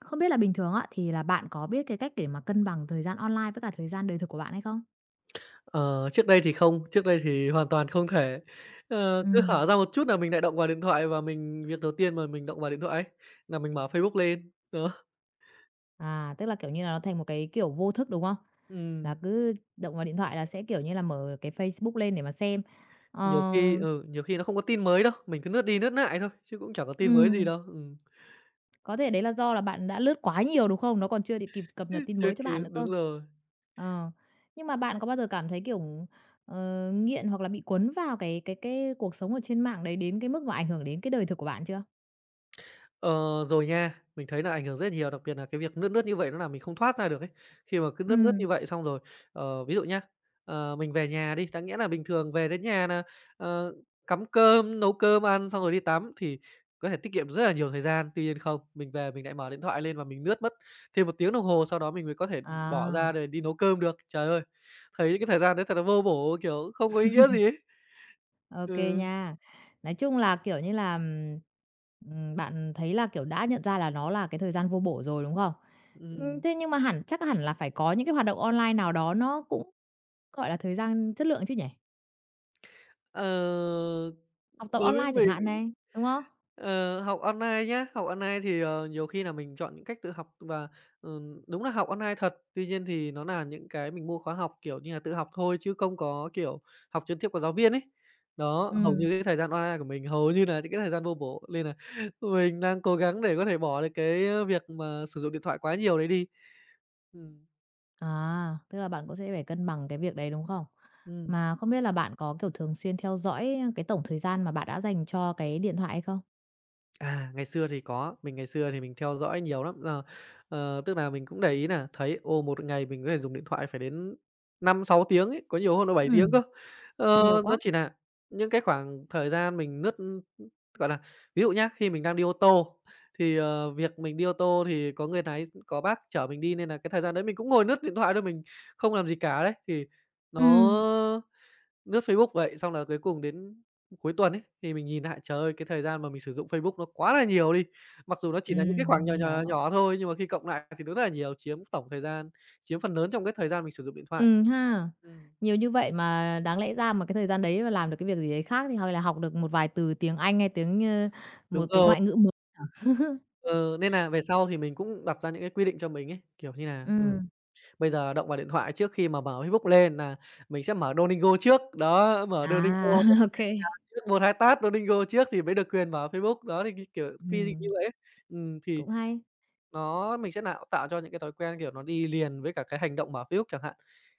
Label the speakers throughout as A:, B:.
A: Không biết là bình thường á, thì là bạn có biết cái cách để mà cân bằng thời gian online với cả thời gian đời thực của bạn hay không?
B: Ờ, Trước đây thì không, trước đây thì hoàn toàn không thể.
A: Ừ,
B: Cứ hở ra một chút là mình lại động vào điện thoại và mình việc đầu tiên mà mình động vào điện thoại ấy, nà mình mở Facebook lên, đó.
A: tức là, kiểu như là, nó thành một cái, kiểu, vô thức, đúng không?
B: Ừm,
A: Là cứ động vào điện thoại là sẽ, kiểu như là, mở cái Facebook lên để mà xem.
B: nhiều khi
A: Ờ,
B: ừ, nhiều khi nó không có tin mới đâu, mình cứ lướt đi lướt lại thôi, chứ cũng chẳng có tin mới gì
A: ừm,
B: đâu.
A: có thể đấy là do là bạn đã lướt quá nhiều, đúng không? Nó còn chưa được kịp cập nhật tin
B: Chưa
A: mới cho
B: kịp
A: bạn nữa
B: đúng
A: cơ.
B: rồi.
A: Ờ, nhưng mà bạn có bao giờ cảm thấy, kiểu, nghiện hoặc là bị cuốn vào cái cuộc sống ở trên mạng đấy đến cái mức mà ảnh hưởng đến cái đời thực của bạn chưa?
B: Ờ, Rồi nha. Mình thấy là ảnh hưởng rất nhiều, đặc biệt là cái việc lướt lướt như vậy nó làm mình không thoát ra được ấy. Khi mà cứ
A: Ừ,
B: lướt lướt như vậy xong rồi, ví dụ nhá, mình về nhà đi, đáng nghĩa là bình thường về đến nhà nà, ờ, cắm cơm, nấu cơm ăn xong rồi đi tắm thì có thể tiết kiệm rất là nhiều thời gian. Tuy nhiên không, mình về mình lại mở điện thoại lên và mình lướt mất thêm 1 tiếng đồng hồ, sau đó mình mới có thể bỏ ra
A: à.
B: để đi nấu cơm được. Trời ơi, thấy cái thời gian đấy thật là vô bổ, kiểu, không có ý nghĩa gì ấy.
A: OK
B: Ừ,
A: nha. Nói chung là, kiểu như là, bạn thấy là, kiểu, đã nhận ra là nó là cái thời gian vô bổ rồi, đúng không?
B: ừm.
A: Thế nhưng mà hẳn chắc hẳn là phải có những cái hoạt động online nào đó nó cũng, gọi là, thời gian chất lượng chứ nhỉ?
B: Ờ,
A: Học tập
B: Đối với
A: online chẳng hạn
B: mình
A: này, đúng không?
B: Ờ, học online nhá, học online thì, nhiều khi là mình chọn những cách tự học và, đúng là học online thật, tuy nhiên thì nó là những cái mình mua khóa học, kiểu như là, tự học thôi chứ không có, kiểu, học trực tiếp của giáo viên ấy. Đó, hầu
A: Ừ,
B: như cái thời gian online của mình hầu như là những cái thời gian vô bổ, nên là mình đang cố gắng để có thể bỏ được cái, việc mà sử dụng điện thoại quá nhiều đấy đi. Ừm,
A: à, tức là bạn cũng sẽ phải cân bằng cái việc đấy, đúng không?
B: ừm.
A: Mà không biết là bạn có, kiểu, thường xuyên theo dõi cái tổng thời gian mà bạn đã dành cho cái điện thoại hay không?
B: À, ngày xưa thì có, mình ngày xưa thì mình theo dõi nhiều lắm. Ờ, Tức là mình cũng để ý là thấy, một ngày mình có thể dùng điện thoại phải đến 5 6 tiếng ấy, có nhiều hôm là 7 tiếng
A: Ừm,
B: cơ.
A: nhiều
B: Nó
A: quá.
B: chỉ là những cái khoảng thời gian mình lướt, gọi là, ví dụ nhá, khi mình đang đi ô tô thì, việc mình đi ô tô thì có người lái có bác chở mình đi nên là cái thời gian đấy mình cũng ngồi lướt điện thoại thôi, mình không làm gì cả đấy, thì nó
A: Ừ.
B: lướt Facebook vậy, xong là cuối cùng đến cuối tuần ấy, thì mình nhìn lại, trời ơi, cái thời gian mà mình sử dụng Facebook nó quá là nhiều đi. Mặc dù nó
A: Ừ,
B: chỉ là những cái khoảng
A: mình
B: nhỏ, nhỏ,
A: hiểu.
B: nhỏ thôi, nhưng mà khi cộng lại thì nó rất là nhiều, chiếm tổng thời gian, chiếm phần lớn trong cái thời gian mình sử dụng điện thoại.
A: Ừ ha.
B: Ừm,
A: Nhiều như vậy mà đáng lẽ ra mà cái thời gian đấy mà làm được cái việc gì đấy khác thì hoặc là học được một vài từ tiếng Anh hay tiếng, một
B: đúng
A: cái
B: rồi,
A: ngoại ngữ mới hả?
B: ờ, nên nà về sau thì mình cũng đặt ra những cái quy định cho mình ấy, kiểu như nà,
A: Ừm,
B: bây giờ động vào điện thoại trước khi mà mở Facebook lên nà mình sẽ mở Duolingo trước, đó, mở Duolingo
A: à, ok kê.
B: trước, 1, 2 tát Duolingo trước thì mới được quyền mở Facebook, đó, thì cái kiểu quy định như vậy ấy. Thì
A: Cũng hay.
B: Nó mình sẽ nạo tạo cho những cái thói quen, kiểu, nó đi liền với cả cái hành động mở Facebook chẳng hạn.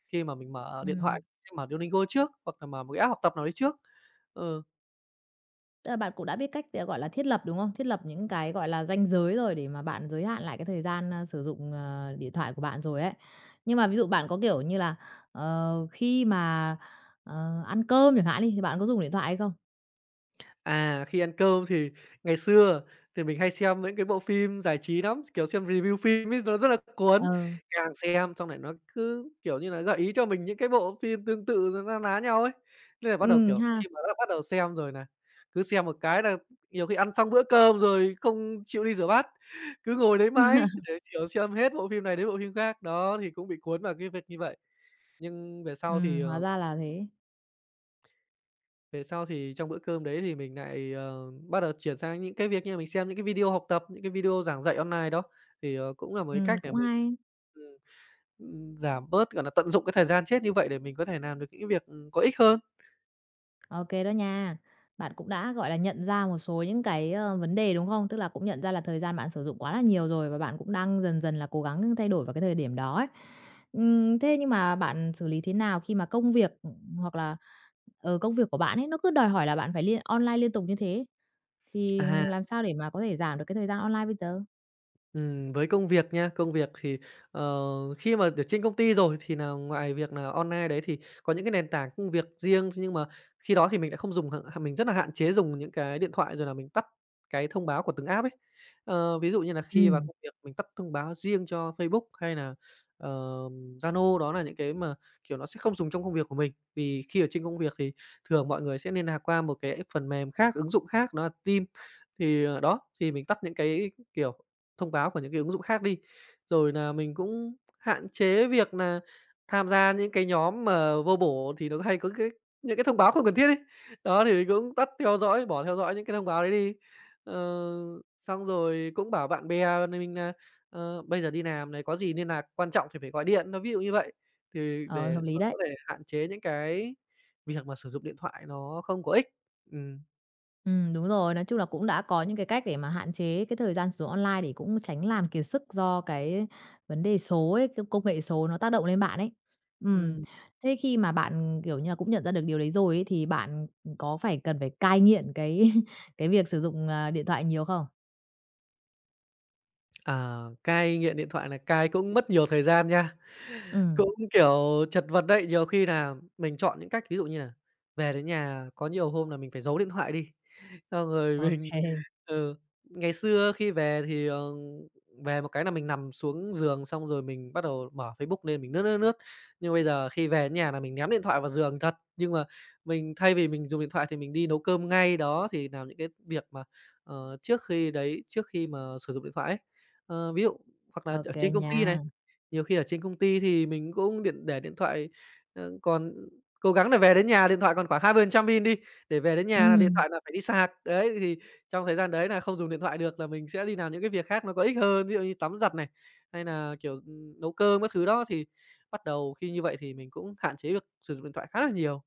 B: Khi mà mình mở
A: Ừ,
B: điện thoại sẽ mở Duolingo trước, hoặc là mở một cái app học tập nào đấy trước. Ừ.
A: tức là bạn cũng đã biết cách, ờ, gọi là, thiết lập, đúng không? Thiết lập những cái, gọi là, ranh giới rồi để mà bạn giới hạn lại cái thời gian, sử dụng, ờ, điện thoại của bạn rồi ấy. Nhưng mà ví dụ bạn có, kiểu như là, ờ, khi mà, ăn cơm chẳng hạn đi, thì bạn có dùng điện thoại hay không?
B: À, khi ăn cơm thì ngày xưa thì mình hay xem những cái bộ phim giải trí lắm, kiểu, xem review phim ấy nó rất là
A: Ờ,
B: cuốn, càng xem xong lại nó cứ, kiểu như là, gợi ý cho mình những cái bộ phim tương tự rồi na ná nhau ấy. Nên là bắt đầu, kiểu,
A: ha.
B: khi mà đã bắt đầu xem rồi nà, cứ xem một cái nà nhiều khi ăn xong bữa cơm rồi không chịu đi rửa bát, cứ ngồi đấy mãi để, kiểu, xem hết bộ phim này đến bộ phim khác. Đó, thì cũng bị cuốn vào cái việc như vậy. Nhưng về sau thì, ờ
A: Hóa ra là thế.
B: về sau thì trong bữa cơm đấy thì mình lại bắt đầu chuyển sang những cái việc như là mình xem những cái video học tập, những cái video giảng dạy online đó, thì, cũng là một cái cách để
A: Cũng
B: mình
A: hay.
B: ừm, giảm bớt, gọi là, tận dụng cái thời gian chết như vậy để mình có thể làm được những cái việc, có ích hơn.
A: Ok đó nha. Bạn cũng đã, gọi là, nhận ra một số những cái, vấn đề, đúng không? Tức là cũng nhận ra là thời gian bạn sử dụng quá là nhiều rồi và bạn cũng đang dần dần là cố gắng thay đổi vào cái thời điểm đó ấy. Thế nhưng mà bạn xử lý thế nào khi mà công việc, hoặc là, ở công việc của bạn ấy, nó cứ đòi hỏi là bạn phải liên online liên tục như thế? Thì
B: À.
A: làm sao để mà có thể giảm được cái thời gian online bây giờ?
B: Với công việc nha, công việc thì, ờ, khi mà ở trên công ty rồi thì nà ngoài việc là online đấy thì có những cái nền tảng công việc riêng, nhưng mà khi đó thì mình đã không dùng mình rất là hạn chế dùng những cái điện thoại rồi là mình tắt cái thông báo của từng app ấy. Ví dụ như là khi vào
A: Ừm.
B: công việc mình tắt thông báo riêng cho Facebook hay là ờ, Zalo, đó là những cái mà, kiểu, nó sẽ không dùng trong công việc của mình. Vì khi ở trên công việc thì thường mọi người sẽ liên lạc qua một cái phần mềm khác, ứng dụng khác đó là Teams. Thì, đó, thì mình tắt những cái, kiểu thông báo của những cái ứng dụng khác đi. Rồi là mình cũng hạn chế việc là tham gia những cái nhóm mà vô bổ thì nó hay có cái những cái thông báo không cần thiết ấy. Đó, thì mình cũng tắt theo dõi, bỏ theo dõi những cái thông báo đấy đi. Ờ, Xong rồi cũng bảo bạn bè nà mình nà, bây giờ đi làm này, có gì liên lạc quan trọng thì phải gọi điện, nó ví dụ như vậy. Thì
A: Ờ, hợp
B: để
A: lý
B: mà
A: đấy.
B: có thể hạn chế những cái việc mà sử dụng điện thoại nó không có ích. Ừm,
A: Ừ, đúng rồi, nói chung là cũng đã có những cái cách để mà hạn chế cái thời gian sử dụng online để cũng tránh làm kiệt sức do cái vấn đề số ấy, cái công nghệ số nó tác động lên bạn ấy. Ừ,
B: ừm.
A: thế khi mà bạn, kiểu như là, cũng nhận ra được điều đấy rồi ấy, thì bạn có phải cần phải cai nghiện cái cái việc sử dụng, điện thoại nhiều không?
B: À, cai nghiện điện thoại là cai cũng mất nhiều thời gian nha.
A: Ừ,
B: Cũng, kiểu, chật vật đấy, nhiều khi là mình chọn những cách ví dụ như là về đến nhà có nhiều hôm là mình phải giấu điện thoại đi. Xong rồi
A: ok
B: mình
A: ok,
B: ừ, ngày xưa khi về thì, về một cái là mình nằm xuống giường xong rồi mình bắt đầu mở Facebook lên mình lướt, lướt, lướt. Nhưng bây giờ khi về đến nhà là mình ném điện thoại vào giường thật, nhưng mà mình thay vì mình dùng điện thoại thì mình đi nấu cơm ngay, đó, thì làm những cái việc mà, trước khi mà sử dụng điện thoại ấy. Ví dụ hoặc là
A: ô
B: ở
A: kê
B: trên công
A: nha.
B: ty này, nhiều khi ở trên công ty thì mình cũng điện để điện thoại, còn cố gắng là về đến nhà điện thoại còn khoảng 20% pin đi để về đến nhà là điện
A: Ừm,
B: thoại là phải đi sạc. Đấy, thì trong thời gian đấy nà không dùng điện thoại được là mình sẽ đi làm những cái việc khác nó có ích hơn, ví dụ như tắm giặt này, hay nà, kiểu, nấu cơm các thứ đó. Thì bắt đầu khi như vậy thì mình cũng hạn chế được sử dụng điện thoại khá là nhiều.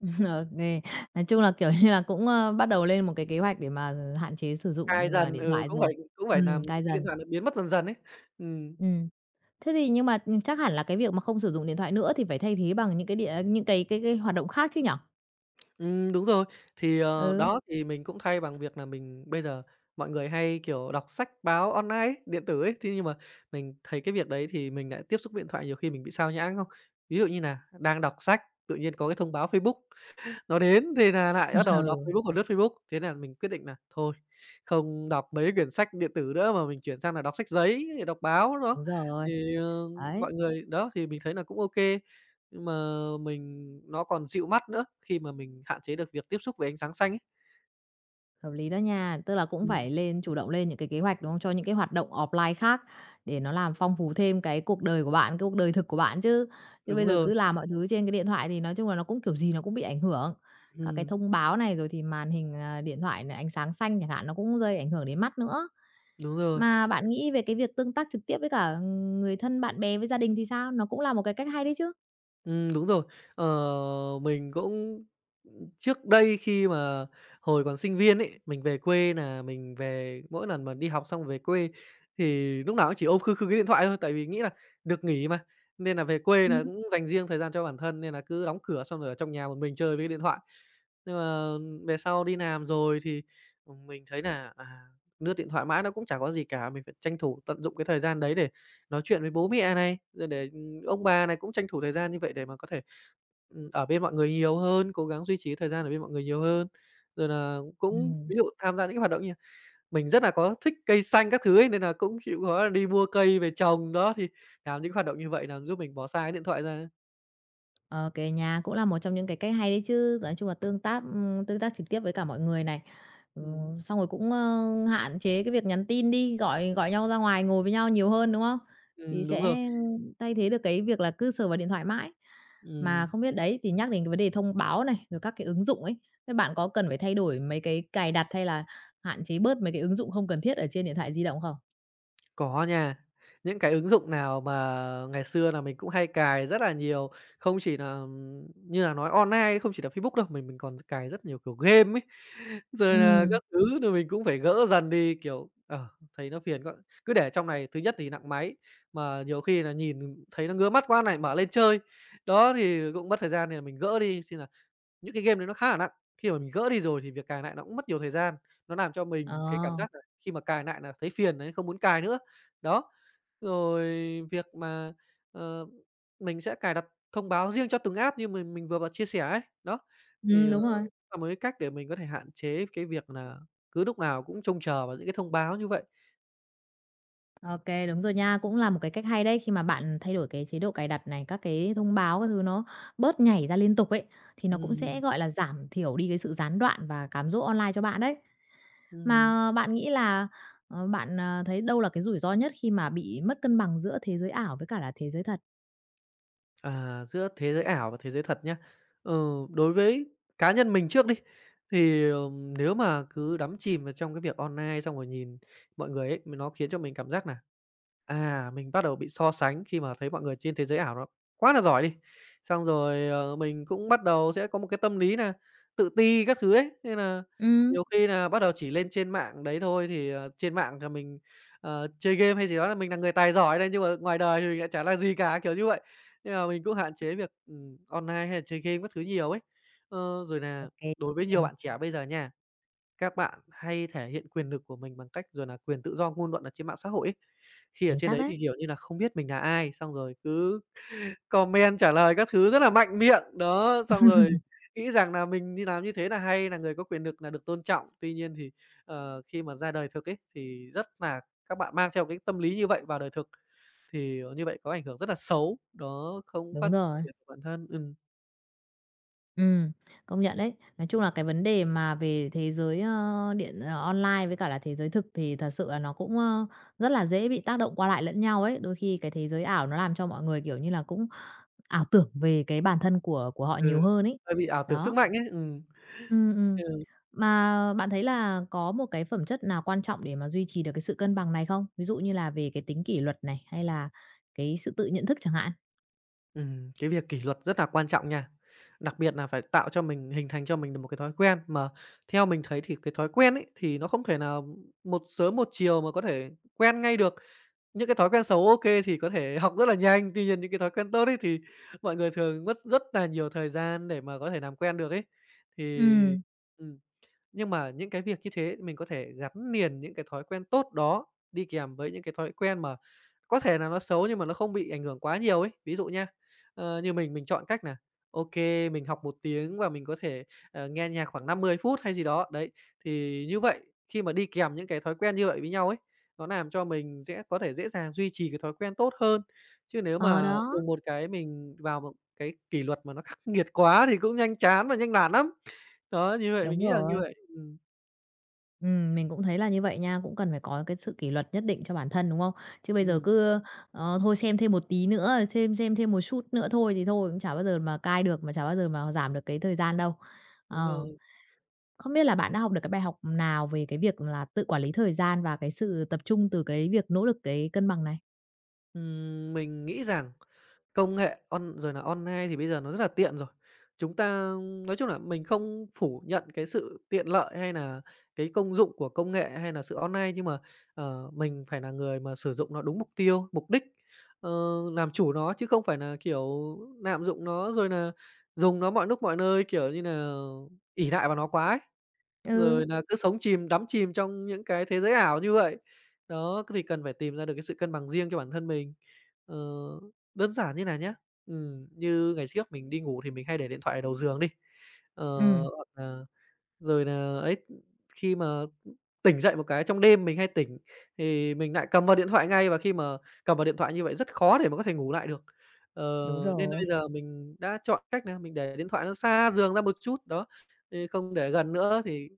A: ô nói chung là, kiểu như là, cũng, bắt đầu lên một cái kế hoạch để mà hạn chế sử
B: Cai
A: dụng,
B: dần,
A: điện
B: ừ,
A: thoại
B: cũng phải
A: rồi.
B: làm
A: Cai
B: cái điện
A: dần.
B: thoại nó biến mất dần dần ấy. Ừm.
A: Ừ, thế thì nhưng mà, ừ, chắc hẳn là cái việc mà không sử dụng điện thoại nữa thì phải thay thế bằng những cái địa những cái hoạt động khác chứ nhỉ?
B: Đúng rồi. Thì,
A: Ừ.
B: đó, thì mình cũng thay bằng việc là mình bây giờ mọi người hay, kiểu, đọc sách báo online ấy, điện tử ấy, thế nhưng mà mình thấy cái việc đấy thì mình lại tiếp xúc điện thoại, nhiều khi mình bị xao nhãng không? Ví dụ như nà đang đọc sách, tự nhiên có cái thông báo Facebook nó đến thì nà nại bắt đầu đọc
A: Ừ.
B: Facebook và lướt Facebook, thế nà mình quyết định nà thôi, không đọc mấy quyển sách điện tử nữa mà mình chuyển sang nà đọc sách giấy, đọc báo đó.
A: Đúng rồi,
B: Thì,
A: đấy,
B: mọi người đó, thì mình thấy nà cũng ô kê, nhưng mà mình nó còn dịu mắt nữa khi mà mình hạn chế được việc tiếp xúc với ánh sáng xanh ấy.
A: hợp lý đó nha. Tức là cũng
B: Ừm,
A: phải lên chủ động lên những cái kế hoạch, đúng không? Cho những cái hoạt động offline khác để nó làm phong phú thêm cái cuộc đời của bạn, cái cuộc đời thực của bạn chứ. Chứ
B: đúng
A: bây giờ
B: rồi,
A: cứ làm mọi thứ trên cái điện thoại thì nói chung là nó cũng kiểu gì nó cũng bị ảnh hưởng. Các cái
B: ừm,
A: thông báo này rồi thì màn hình, điện thoại này, ánh sáng xanh chẳng hạn, nó cũng gây ảnh hưởng đến mắt nữa.
B: đúng rồi.
A: Mà bạn nghĩ về cái việc tương tác trực tiếp với cả, ừ, người thân, bạn bè với gia đình thì sao? Nó cũng là một cái cách hay đấy chứ.
B: Đúng rồi. Ờ, mình cũng trước đây khi mà hồi còn sinh viên ấy, mình về quê là mình về mỗi lần mà đi học xong về quê thì lúc nào cũng chỉ ôm khư khư cái điện thoại thôi, tại vì nghĩ là được nghỉ mà, nên là về quê là
A: Ừm.
B: cũng dành riêng thời gian cho bản thân, nên là cứ đóng cửa xong rồi ở trong nhà một mình chơi với cái điện thoại. Nhưng mà về sau đi làm rồi thì, mình thấy là, lướt điện thoại mãi nó cũng chả có gì cả, mình phải tranh thủ tận dụng cái thời gian đấy để nói chuyện với bố mẹ này, rồi để ông bà này cũng tranh thủ thời gian như vậy để mà có thể, ở bên mọi người nhiều hơn, cố gắng duy trì thời gian ở bên mọi người nhiều hơn. Rồi nà cũng
A: Ừm.
B: ví dụ tham gia những cái hoạt động như mình rất nà có thích cây xanh các thứ ấy, nên nà cũng chịu khó là đi mua cây về trồng. Đó, thì làm những hoạt động như vậy làm giúp mình bỏ xa cái điện thoại ra.
A: Ô kê nha, cũng là một trong những cái cách hay đấy chứ. Nói chung là tương tác trực tiếp với cả mọi người này. Ừ,
B: Ừm,
A: xong rồi cũng, hạn chế cái việc nhắn tin đi, gọi gọi nhau ra ngoài ngồi với nhau nhiều hơn, đúng không? Thì
B: đúng rồi.
A: sẽ thay thế được cái việc là cứ sờ vào điện thoại mãi. Mà
B: Ừm.
A: không biết đấy, thì nhắc đến cái vấn đề thông báo này, rồi các cái ứng dụng ấy, các bạn có cần phải thay đổi mấy cái cài đặt hay là hạn chế bớt mấy cái ứng dụng không cần thiết ở trên điện thoại di động không?
B: Có nha. Những cái ứng dụng nào mà ngày xưa là mình cũng hay cài rất là nhiều, không chỉ là, như là nói online, không chỉ là Facebook đâu, mình còn cài rất nhiều, kiểu, game ấy, rồi là
A: Ừ,
B: các thứ rồi mình cũng phải gỡ dần đi, kiểu, thấy nó phiền quá. Cứ để trong này thứ nhất thì nặng máy, mà nhiều khi là nhìn thấy nó ngứa mắt quá này mở lên chơi. Đó, thì cũng mất thời gian thì là mình gỡ đi, thì là những cái game đấy nó khá là nặng, khi mà mình gỡ đi rồi thì việc cài lại nó cũng mất nhiều thời gian, nó làm cho
A: ờ,
B: mình cái cảm giác là khi mà cài lại là thấy phiền nà không muốn cài nữa. Đó, rồi việc mà, ờ, mình sẽ cài đặt thông báo riêng cho từng app như mình vừa bật chia sẻ ấy, đó, thì,
A: đúng rồi.
B: là một cái cách để mình có thể hạn chế cái việc là cứ lúc nào cũng trông chờ vào những cái thông báo như vậy.
A: OK, đúng rồi nha. Cũng là một cái cách hay đấy, khi mà bạn thay đổi cái chế độ cài đặt này, các cái thông báo các thứ nó bớt nhảy ra liên tục ấy, thì nó cũng sẽ,
B: Ừm,
A: gọi là, giảm thiểu đi cái sự gián đoạn và cám dỗ online cho bạn đấy.
B: ừm.
A: Mà bạn nghĩ là, thấy đâu là cái rủi ro nhất khi mà bị mất cân bằng giữa thế giới ảo với cả là thế giới thật?
B: À, giữa thế giới ảo và thế giới thật nhá. Ờ, đối với cá nhân mình trước đi, thì, nếu mà cứ đắm chìm vào trong cái việc online xong rồi nhìn mọi người ấy, nó khiến cho mình cảm giác là. À, mình bắt đầu bị so sánh khi mà thấy mọi người trên thế giới ảo nó quá là giỏi đi. Xong rồi, mình cũng bắt đầu sẽ có một cái tâm lý nà tự ti các thứ đấy nên là
A: Ừ,
B: nhiều khi là bắt đầu chỉ lên trên mạng đấy thôi thì, trên mạng là mình, chơi game hay gì đó là mình là người tài giỏi đây, nhưng mà ngoài đời thì mình lại chả là gì cả, kiểu như vậy. Nên là mình cũng hạn chế việc, online hay là chơi game các thứ nhiều ấy. Ờ, rồi là
A: OK,
B: đối với nhiều
A: ừm,
B: bạn trẻ bây giờ nha, các bạn hay thể hiện quyền lực của mình bằng cách rồi là quyền tự do ngôn luận ở trên mạng xã hội ấy. Khi ở
A: chính
B: trên
A: xác
B: đấy
A: đấy.
B: thì, kiểu như là không biết mình là ai, xong rồi cứ comment trả lời các thứ rất là mạnh miệng, đó, xong rồi nghĩ rằng là mình đi làm như thế là hay, là người có quyền lực là được tôn trọng. Tuy nhiên thì, khi mà ra đời thực ấy, thì rất là các bạn mang theo cái tâm lý như vậy vào đời thực, thì, như vậy có ảnh hưởng rất là xấu, đó, không
A: Đúng
B: phát
A: rồi.
B: triển được bản thân,
A: Ừm, công nhận đấy. Nói chung là cái vấn đề mà về thế giới, online với cả là thế giới thực thì thật sự là nó cũng, rất là dễ bị tác động qua lại lẫn nhau ấy. Đôi khi cái thế giới ảo nó làm cho mọi người, kiểu như là, cũng ảo tưởng về cái bản thân của họ nhiều
B: ừ,
A: hơn ấy.
B: hơi bị ảo tưởng sức
A: Đó,
B: mạnh ấy,
A: ừm. Mà bạn thấy là có một cái phẩm chất nào quan trọng để mà duy trì được cái sự cân bằng này không? Ví dụ như là về cái tính kỷ luật này, hay là cái sự tự nhận thức chẳng hạn?
B: Cái việc kỷ luật rất là quan trọng nha. Đặc biệt là phải tạo cho mình hình thành cho mình được một cái thói quen, mà theo mình thấy thì cái thói quen ấy, thì nó không thể nào một sớm một chiều mà có thể quen ngay được. Những cái thói quen xấu ok thì có thể học rất là nhanh, tuy nhiên những cái thói quen tốt ấy thì mọi người thường mất rất là nhiều thời gian để mà có thể làm quen được ấy. Thì
A: Ừm,
B: nhưng mà những cái việc như thế mình có thể gắn liền những cái thói quen tốt đó đi kèm với những cái thói quen mà có thể là nó xấu nhưng mà nó không bị ảnh hưởng quá nhiều ấy. Ví dụ nha, như mình chọn cách nà, ok mình học một tiếng và mình có thể, nghe nhạc khoảng 50 phút hay gì đó. Đấy, thì như vậy khi mà đi kèm những cái thói quen như vậy với nhau ấy, nó làm cho mình sẽ có thể dễ dàng duy trì cái thói quen tốt hơn. Chứ nếu
A: ờ,
B: mà
A: đó,
B: đùng một cái mình vào một cái kỷ luật mà nó khắc nghiệt quá thì cũng nhanh chán và nhanh nản lắm. Đó, như vậy mình
A: đúng
B: nghĩ là như
A: rồi.
B: vậy. Ừm.
A: Mình cũng thấy là như vậy nha, cũng cần phải có cái sự kỷ luật nhất định cho bản thân, đúng không? Chứ bây giờ
B: Ừm,
A: cứ, ờ, thôi xem thêm một tí nữa, thêm xem thêm một chút nữa thôi thì thôi cũng chả bao giờ mà cai được, mà chả bao giờ mà giảm được cái thời gian đâu.
B: đúng
A: Ờ,
B: rồi.
A: không biết là bạn đã học được cái bài học nào về cái việc là tự quản lý thời gian và cái sự tập trung từ cái việc nỗ lực cái cân bằng này?
B: Mình nghĩ rằng công nghệ on rồi là online thì bây giờ nó rất là tiện rồi. Chúng ta nói chung là mình không phủ nhận cái sự tiện lợi hay là cái công dụng của công nghệ hay là sự online, nhưng mà, mình phải là người mà sử dụng nó đúng mục tiêu, mục đích, ờ, làm chủ nó chứ không phải là, kiểu, lạm dụng nó rồi là dùng nó mọi lúc mọi nơi, kiểu như là ỷ lại vào nó quá ấy.
A: Ừ,
B: Rồi là cứ sống chìm, đắm chìm trong những cái thế giới ảo như vậy. Đó, thì cần phải tìm ra được cái sự cân bằng riêng cho bản thân mình. Ờ, đơn giản như này nhá, như ngày trước mình đi ngủ thì mình hay để điện thoại ở đầu giường đi, ờ,
A: ừm,
B: hoặc là rồi là ấy, khi mà tỉnh dậy một cái trong đêm mình hay tỉnh thì mình lại cầm vào điện thoại ngay, và khi mà cầm vào điện thoại như vậy rất khó để mà có thể ngủ lại được. Ờ,
A: đúng
B: nên
A: rồi.
B: bây giờ mình đã chọn cách nà mình để điện thoại nó xa giường ra một chút, đó, thì không để gần nữa thì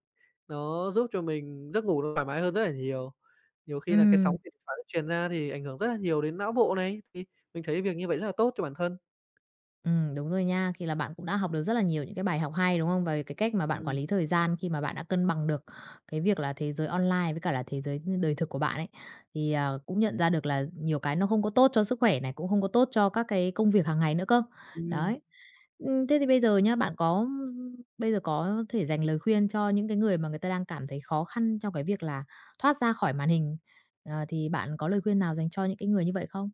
B: nó giúp cho mình giấc ngủ nó thoải mái hơn rất là nhiều. Nhiều khi là cái
A: Ừ,
B: sóng điện thoại nó truyền ra thì ảnh hưởng rất là nhiều đến não bộ này, thì mình thấy việc như vậy rất là tốt cho bản thân.
A: ừ, đúng rồi nha. Thì là bạn cũng đã học được rất là nhiều những cái bài học hay, đúng không? Về cái cách mà bạn quản
B: Ừm.
A: lý thời gian khi mà bạn đã cân bằng được cái việc là thế giới online với cả là thế giới đời thực của bạn ấy. Thì, à, cũng nhận ra được là nhiều cái nó không có tốt cho sức khỏe này, cũng không có tốt cho các cái công việc hàng ngày nữa cơ.
B: Ừm.
A: Đấy. Thế thì bây giờ nhá, bạn có bây giờ có thể dành lời khuyên cho những cái người mà người ta đang cảm thấy khó khăn trong cái việc là thoát ra khỏi màn hình, ờ, thì bạn có lời khuyên nào dành cho những cái người như vậy không?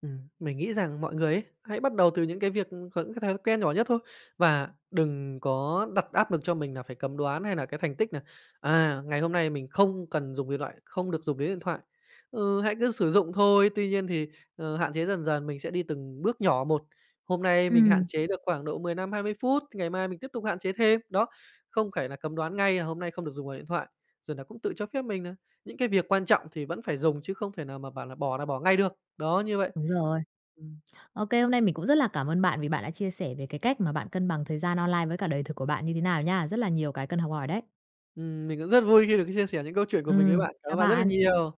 B: Mình nghĩ rằng mọi người ấy, hãy bắt đầu từ những cái việc có những cái thói quen nhỏ nhất thôi và đừng có đặt áp lực cho mình là phải cầm đoán hay là cái thành tích này. À, ngày hôm nay mình không cần dùng điện thoại, không được dùng đến điện thoại. Ừ, hãy cứ sử dụng thôi, tuy nhiên thì, hạn chế dần dần, mình sẽ đi từng bước nhỏ một. Hôm nay mình hạn
A: Ừ,
B: chế được khoảng độ 15 20 phút, ngày mai mình tiếp tục hạn chế thêm. Đó, không phải là cầm đoán ngay là hôm nay không được dùng vào điện thoại, rồi là cũng tự cho phép mình nà những cái việc quan trọng thì vẫn phải dùng chứ không thể nào mà bảo là bỏ ngay được. Đó, như vậy
A: đúng rồi.
B: ừm,
A: OK, hôm nay mình cũng rất là cảm ơn bạn vì bạn đã chia sẻ về cái cách mà bạn cân bằng thời gian online với cả đời thực của bạn như thế nào nha. Rất là nhiều cái cần học hỏi đấy.
B: mình cũng rất vui khi được chia sẻ những câu chuyện của mình với bạn. Cảm
A: Chào
B: ơn bạn rất là
A: bạn.
B: nhiều.